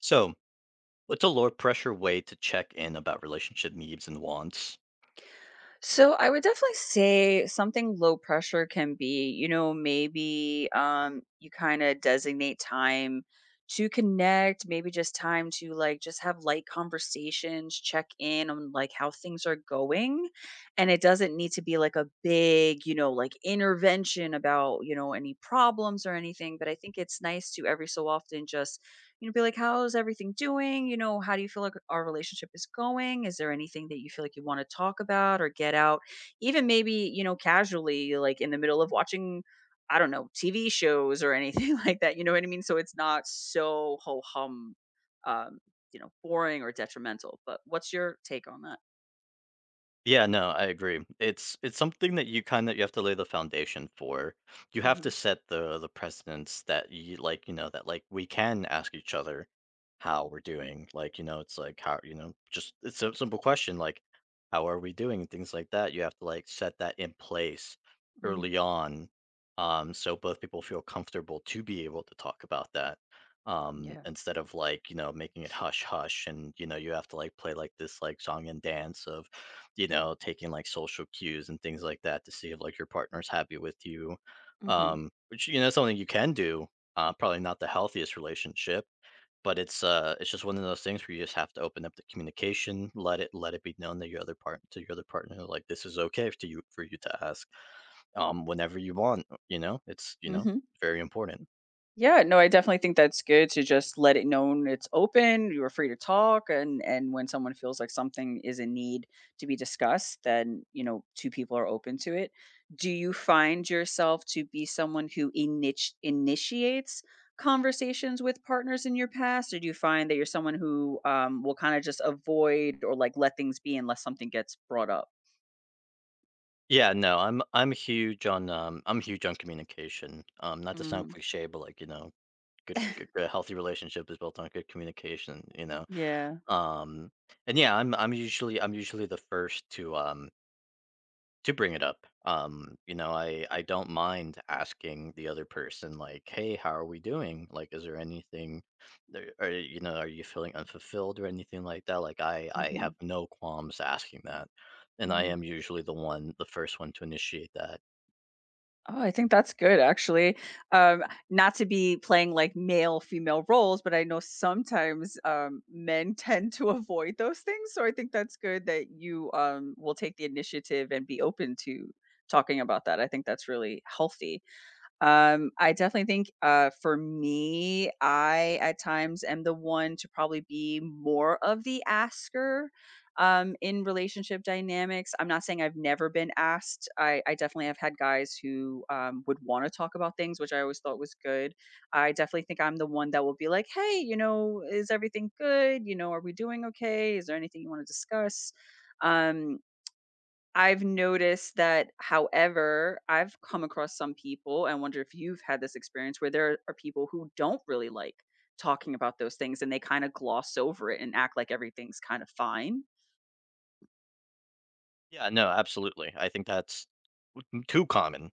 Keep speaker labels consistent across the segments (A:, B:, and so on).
A: So, what's a low pressure way to check in about relationship needs and wants?
B: So I would definitely say something low pressure can be, you know, maybe you kind of designate time to connect, maybe just time to like just have light conversations, check in on like how things are going. And it doesn't need to be like a big, you know, like intervention about, you know, any problems or anything, but I think it's nice to every so often just you know, be like, how's everything doing? You know, how do you feel like our relationship is going? Is there anything that you feel like you want to talk about or get out? Even maybe, you know, casually, like in the middle of watching, I don't know, TV shows or anything like that. You know what I mean? So it's not so ho hum, um, you know, boring or detrimental. But what's your take on that?
A: Yeah, no, I agree. It's something that you kind of you have to lay the foundation for. You have
B: Hmm.
A: to set the precedents that you like, you know, that like we can ask each other how we're doing. Like, you know, it's like how, you know, just it's a simple question like how are we doing and things like that. You have to like set that in place
B: Hmm.
A: early on, so both people feel comfortable to be able to talk about that.
B: Yeah.
A: Instead of like, you know, making it hush hush, and you know, you have to like play like this like song and dance of, you know, taking like social cues and things like that to see if like your partner's happy with you.
B: Hmm.
A: Which you know, is something you can do. Probably not the healthiest relationship, but it's just one of those things where you just have to open up the communication, let it be known that your other part to your other partner, like this is okay to you for you to ask, whenever you want. You know, it's, you know,
B: Hmm.
A: very important.
B: Yeah, no, I definitely think that's good to just let it known it's open, you are free to talk, and when someone feels like something is in need to be discussed, then, you know, two people are open to it. Do you find yourself to be someone who initiates conversations with partners in your past, or do you find that you're someone who, will kinda just avoid or, like, let things be unless something gets brought up?
A: Yeah, no, I'm huge on I'm huge on communication. Not to sound
B: Mm.
A: cliche, but like, you know, good a healthy relationship is built on good communication, you know?
B: Yeah.
A: Um, and yeah, I'm usually the first to bring it up. You know, I don't mind asking the other person, like, "Hey, how are we doing? Like, is there anything there are you know, are you feeling unfulfilled or anything like that?" Like, I
B: Mhm.
A: have no qualms asking that, and I
B: Mhm.
A: am usually the first one to initiate that.
B: Oh, I think that's good actually. Um, Not to be playing like male female roles, but I know sometimes men tend to avoid those things. So I think that's good that you will take the initiative and be open to talking about that. I think that's really healthy. I definitely think, for me, I at times am the one to probably be more of the asker, in relationship dynamics. I'm not saying I've never been asked. I definitely have had guys who would want to talk about things, which I always thought was good. I definitely think I'm the one that will be like, hey, you know, is everything good? You know, are we doing okay? Is there anything you want to discuss? Um, I've noticed that, however, I've come across some people, I wonder if you've had this experience where there are people who don't really like talking about those things and they kind of gloss over it and act like everything's kind of fine.
A: Yeah, no, absolutely. I think that's too common.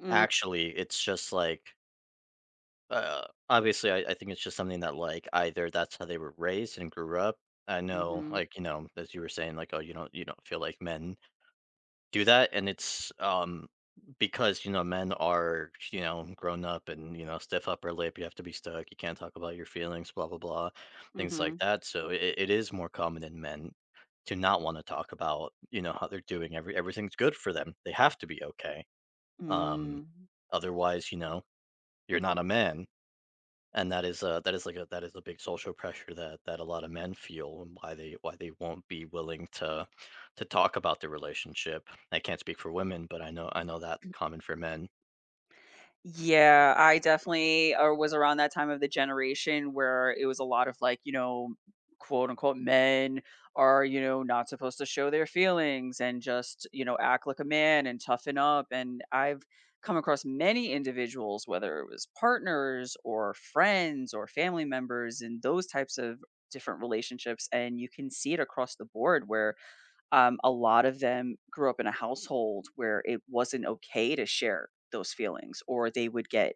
B: Mm.
A: Actually, it's just like obviously, I think it's just something that, like, either that's how they were raised and grew up. I know,
B: Mhm.
A: like, you know, as you were saying, like, "Oh, you don't feel like men do that," and it's, because, you know, men are, you know, grown up and, you know, stiff upper lip, you have to be stuck. You can't talk about your feelings, blah, blah, blah, things like
B: Mhm.
A: that, so it is more common in men to not wanna talk about, you know, how they're doing, everything's good for them, they have to be okay, um,
B: Mm.
A: otherwise, you know, you're not a man, and that is like a that is a big social pressure that a lot of men feel, and why they won't be willing to talk about their relationship. I can't speak for women, but I know that's common for men.
B: Yeah, I definitely or was around that time of the generation where it was a lot of like, you know, quote unquote men are, you know, not supposed to show their feelings and just, you know, act like a man and toughen up. And I've come across many individuals, whether it was partners or friends or family members in those types of different relationships. And you can see it across the board where a lot of them grew up in a household where it wasn't okay to share those feelings, or they would get,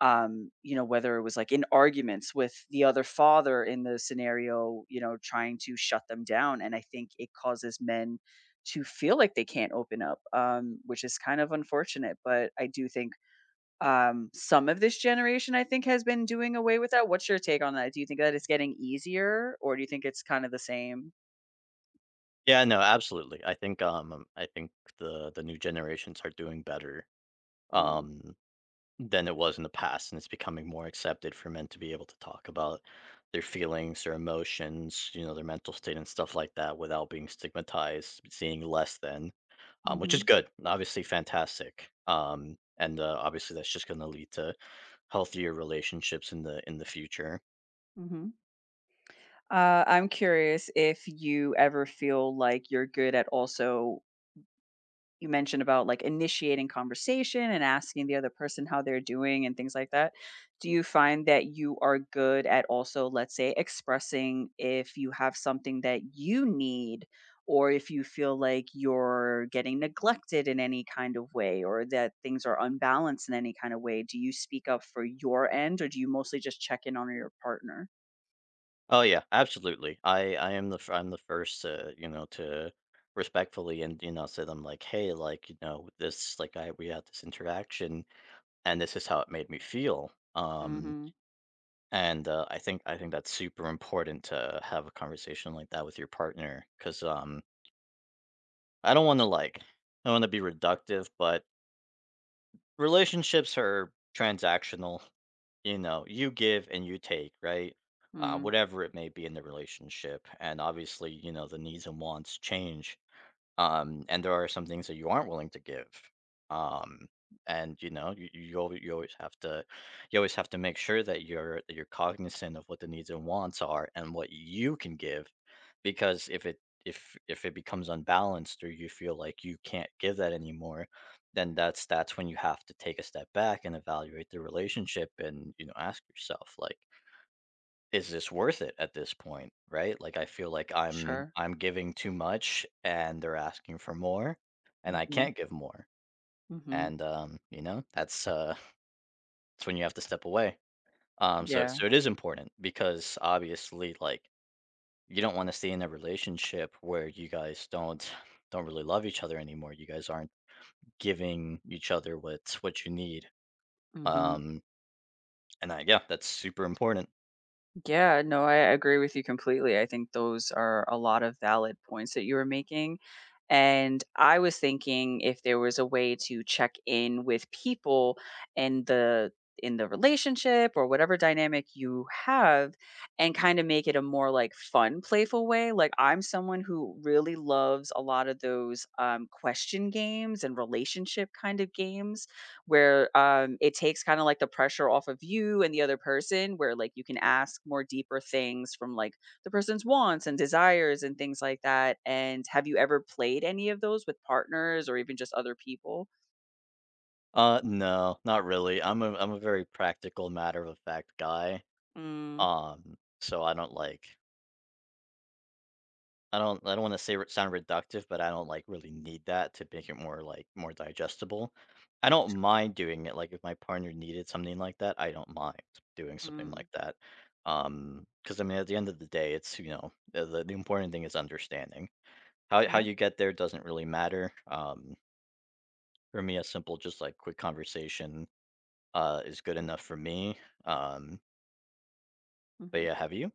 B: you know, whether it was like in arguments with the other father in the scenario, you know, trying to shut them down. And I think it causes men to feel like they can't open up, which is kind of unfortunate. But I do think some of this generation, I think, has been doing away with that. What's your take on that? Do you think that it's getting easier, or do you think it's kind of the same?
A: Yeah, no, absolutely. I think I think the new generations are doing better,
B: Mm.
A: um than it was in the past, and it's becoming more accepted for men to be able to talk about their feelings, their emotions, you know, their mental state and stuff like that, without being stigmatized, seeing less than. Um, which is
B: Hmm.
A: good, and obviously fantastic. And Obviously that's just going to lead to healthier relationships in the future.
B: Mm-hmm. I'm curious if you ever feel like you're good at also you mentioned about like initiating conversation and asking the other person how they're doing and things like that. Do you find that you are good at also, let's say, expressing if you have something that you need or if you feel like you're getting neglected in any kind of way or that things are unbalanced in any kind of way? Do you speak up for your end or do you mostly just check in on your partner?
A: Oh yeah, absolutely. I'm the first to, you know, to respectfully and, you know, say them like, hey, like, you know, this like I we had this interaction and this is how it made me feel.
B: Mm-hmm.
A: And I think that's super important to have a conversation like that with your partner, because I don't want to like I don't want to be reductive, but relationships are transactional. You know, you give and you take, right?
B: Mm.
A: Whatever it may be in the relationship, and obviously, you know, the needs and wants change, and there are some things that you aren't willing to give. Um, and you know, you always have to make sure that you're cognizant of what the needs and wants are and what you can give, because if it becomes unbalanced, or you feel like you can't give that anymore, then that's when you have to take a step back and evaluate the relationship, and you know, ask yourself like, is this worth it at this point, right? Like I feel like
B: Sure.
A: I'm giving too much and they're asking for more, and I
B: Mhm.
A: can't give more.
B: Mhm.
A: And you know, that's that's when you have to step away. Um so
B: Yeah.
A: so it is important, because obviously, like, you don't want to stay in a relationship where you guys don't really love each other anymore. You guys aren't giving each other what you need.
B: Mhm.
A: Um and I Yeah, that's super important.
B: Yeah, no, I agree with you completely. I think those are a lot of valid points that you were making, and I was thinking if there was a way to check in with people and the in the relationship or whatever dynamic you have and kind of make it a more like fun, playful way. Like I'm someone who really loves a lot of those question games and relationship kind of games where, it takes kinda, like, the pressure off of you and the other person where, like, you can ask more deeper things from, like, the person's wants and desires and things like that, and have you ever played any of those with partners or even just other people?
A: No, not really. I'm a very practical, matter of fact guy.
B: Mm.
A: Um, so I don't like I don't want to say sound reductive, but I don't like really need that to make it more like more digestible. I don't mind doing it. Like, if my partner needed something like that, I don't mind doing something
B: Mm.
A: like that. Because I mean, at the end of the day, it's, you know, the the important thing is understanding. How
B: Yeah.
A: you get there doesn't really matter. For me, a simple just like quick conversation is good enough for me. Um, but
B: Mhm.
A: yeah, have you?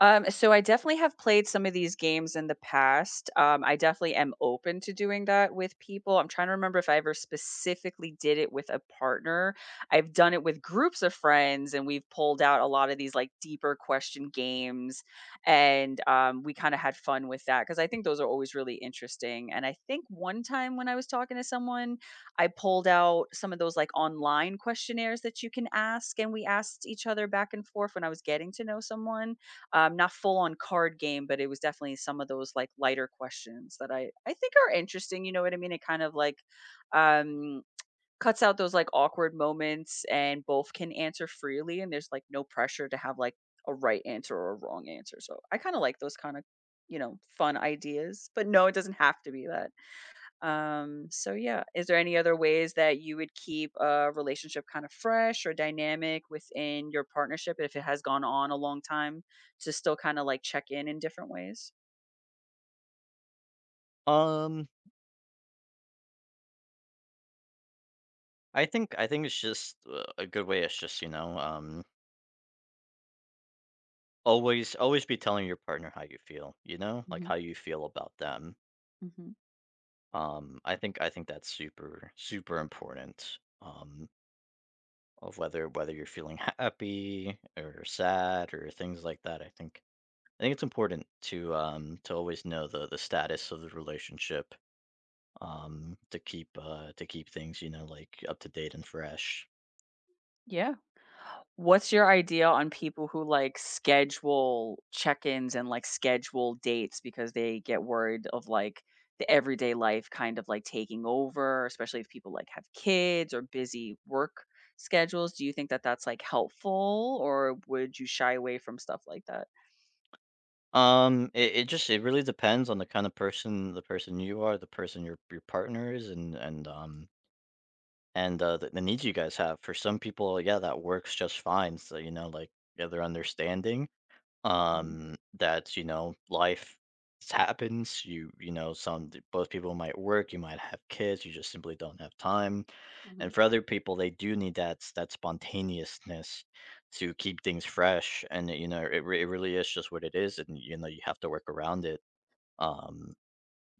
B: So I definitely have played some of these games in the past. I definitely am open to doing that with people. I'm trying to remember if I ever specifically did it with a partner. I've done it with groups of friends, and we've pulled out a lot of these like deeper question games, and we kind of had fun with that because I think those are always really interesting. And I think one time when I was talking to someone, I pulled out some of those like online questionnaires that you can ask, and we asked each other back and forth when I was getting to know someone not full on card game, but it was definitely some of those like lighter questions that I think are interesting. You know what I mean? It kind of like um, cuts out those like awkward moments, and both can answer freely, and there's like no pressure to have like a right answer or a wrong answer. So I kind of like those kind of you know fun ideas, but no, it doesn't have to be that. So yeah, is there any other ways that you would keep a relationship kind of fresh or dynamic within your partnership if it has gone on a long time to still kind of like check in different ways?
A: Um, I think it's just, a good way. It's just, you know, always always be telling your partner how you feel. You know, like,
B: Hmm.
A: how you feel about them.
B: Hmm.
A: I think that's super super important. Of whether you're feeling happy or sad or things like that. I think it's important to, to always know the status of the relationship, to keep things, you know, like up to date and fresh.
B: Yeah. What's your idea on people who, like, schedule check-ins and, like, schedule dates because they get worried of, like, the everyday life kind of, like, taking over, especially if people, like, have kids or busy work schedules? Do you think that that's, like, helpful, or would you shy away from stuff like that?
A: Um it, it just it really depends on the kind of person, the person you are, the person your partner is, and the needs you guys have. For some people, yeah, that works just fine. So, you know, like, yeah, they're understanding,
B: Mhm.
A: that, you know, life happens. You know, some both people might work, you might have kids, you just simply don't have time.
B: Mhm.
A: And for other people, they do need that that spontaneousness to keep things fresh. And you know, it really is just what it is, and you know, you have to work around it. Um,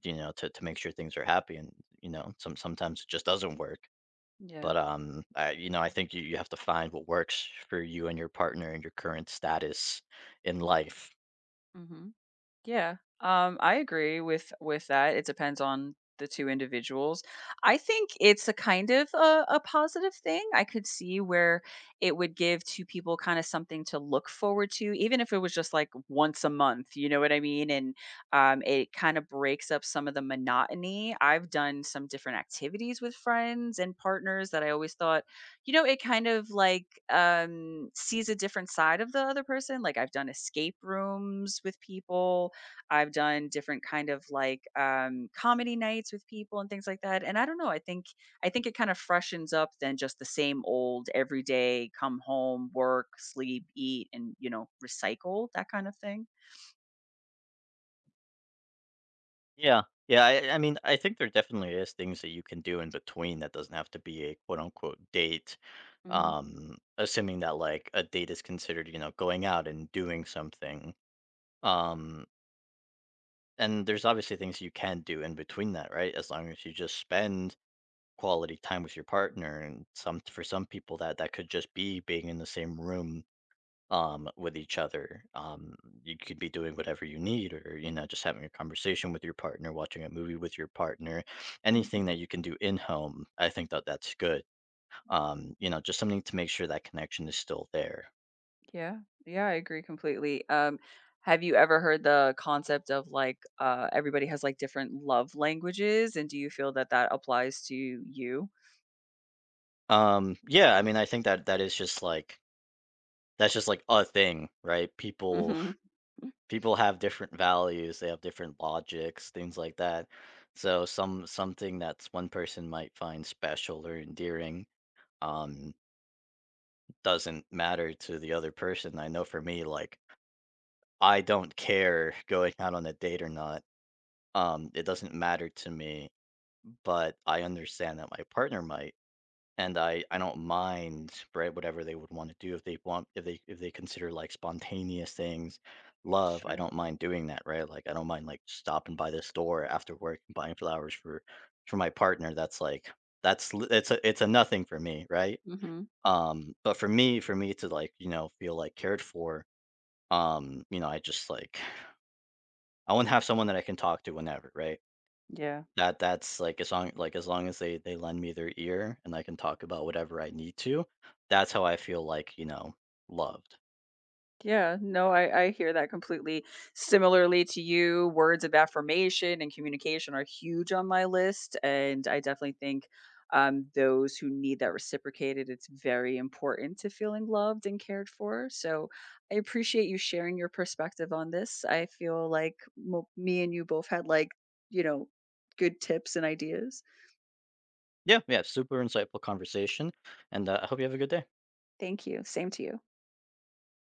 A: you know, to make sure things are happy, and you know, sometimes it just doesn't work.
B: Yeah.
A: But I, you know, I think you have to find what works for you and your partner and your current status in life.
B: Mhm. Yeah. I agree with that. It depends on the two individuals. I think it's a kind of a positive thing. I could see where it would give two people kind of something to look forward to, even if it was just like once a month, you know what I mean? And it kind of breaks up some of the monotony. I've done some different activities with friends and partners that I always thought, you know, it kind of like sees a different side of the other person. Like I've done escape rooms with people I've done different kind of like comedy nights with people and things like that. And I don't know. I think it kind of freshens up than just the same old everyday come home, work, sleep, eat, and you know recycle that kind of thing.
A: Yeah. Yeah, I mean, I think there definitely is things that you can do in between that doesn't have to be a quote unquote date.
B: Hmm.
A: Assuming that like a date is considered, you know, going out and doing something. Um, and there's obviously things you can do in between that, right? As long as you just spend quality time with your partner, and some for some people that could just be being in the same room, with each other. You could be doing whatever you need, or you know, just having a conversation with your partner, watching a movie with your partner,
B: Hmm.
A: anything that you can do in home. I think that that's good. You know, just something to make sure that connection is still there.
B: Yeah, yeah, I agree completely. Have you ever heard the concept of like everybody has like different love languages, and do you feel that that applies to you?
A: Yeah, I mean, I think that is just like a thing, right? People
B: Hmm.
A: people have different values, they have different logics, things like that. So something that's one person might find special or endearing, Um, doesn't matter to the other person. I know for me, like, I don't care going out on a date or not. It doesn't matter to me, but I understand that my partner might, and I don't mind, right, whatever they would want to do. If they want if they consider like spontaneous things, love, I
B: Sure.
A: don't mind doing that, right? Like, I don't mind like stopping by the store after work and buying flowers for my partner. That's like it's a nothing for me, right?
B: Hmm.
A: But for me to, like, you know, feel, like, cared for, you know, I just, like I wanna have someone that I can talk to whenever, right?
B: Yeah.
A: That like, as long as long as they lend me their ear and I can talk about whatever I need to, that's how I feel, like, you know, loved.
B: Yeah, no, I hear that completely. Similarly to you, words of affirmation and communication are huge on my list. And I definitely think those who need that reciprocated, it's very important to feeling loved and cared for. So I appreciate you sharing your perspective on this. I feel like me and you both had, like, you know, good tips and ideas.
A: Yeah, yeah, super insightful conversation, and, I hope you have a good day.
B: Thank you. Same to you.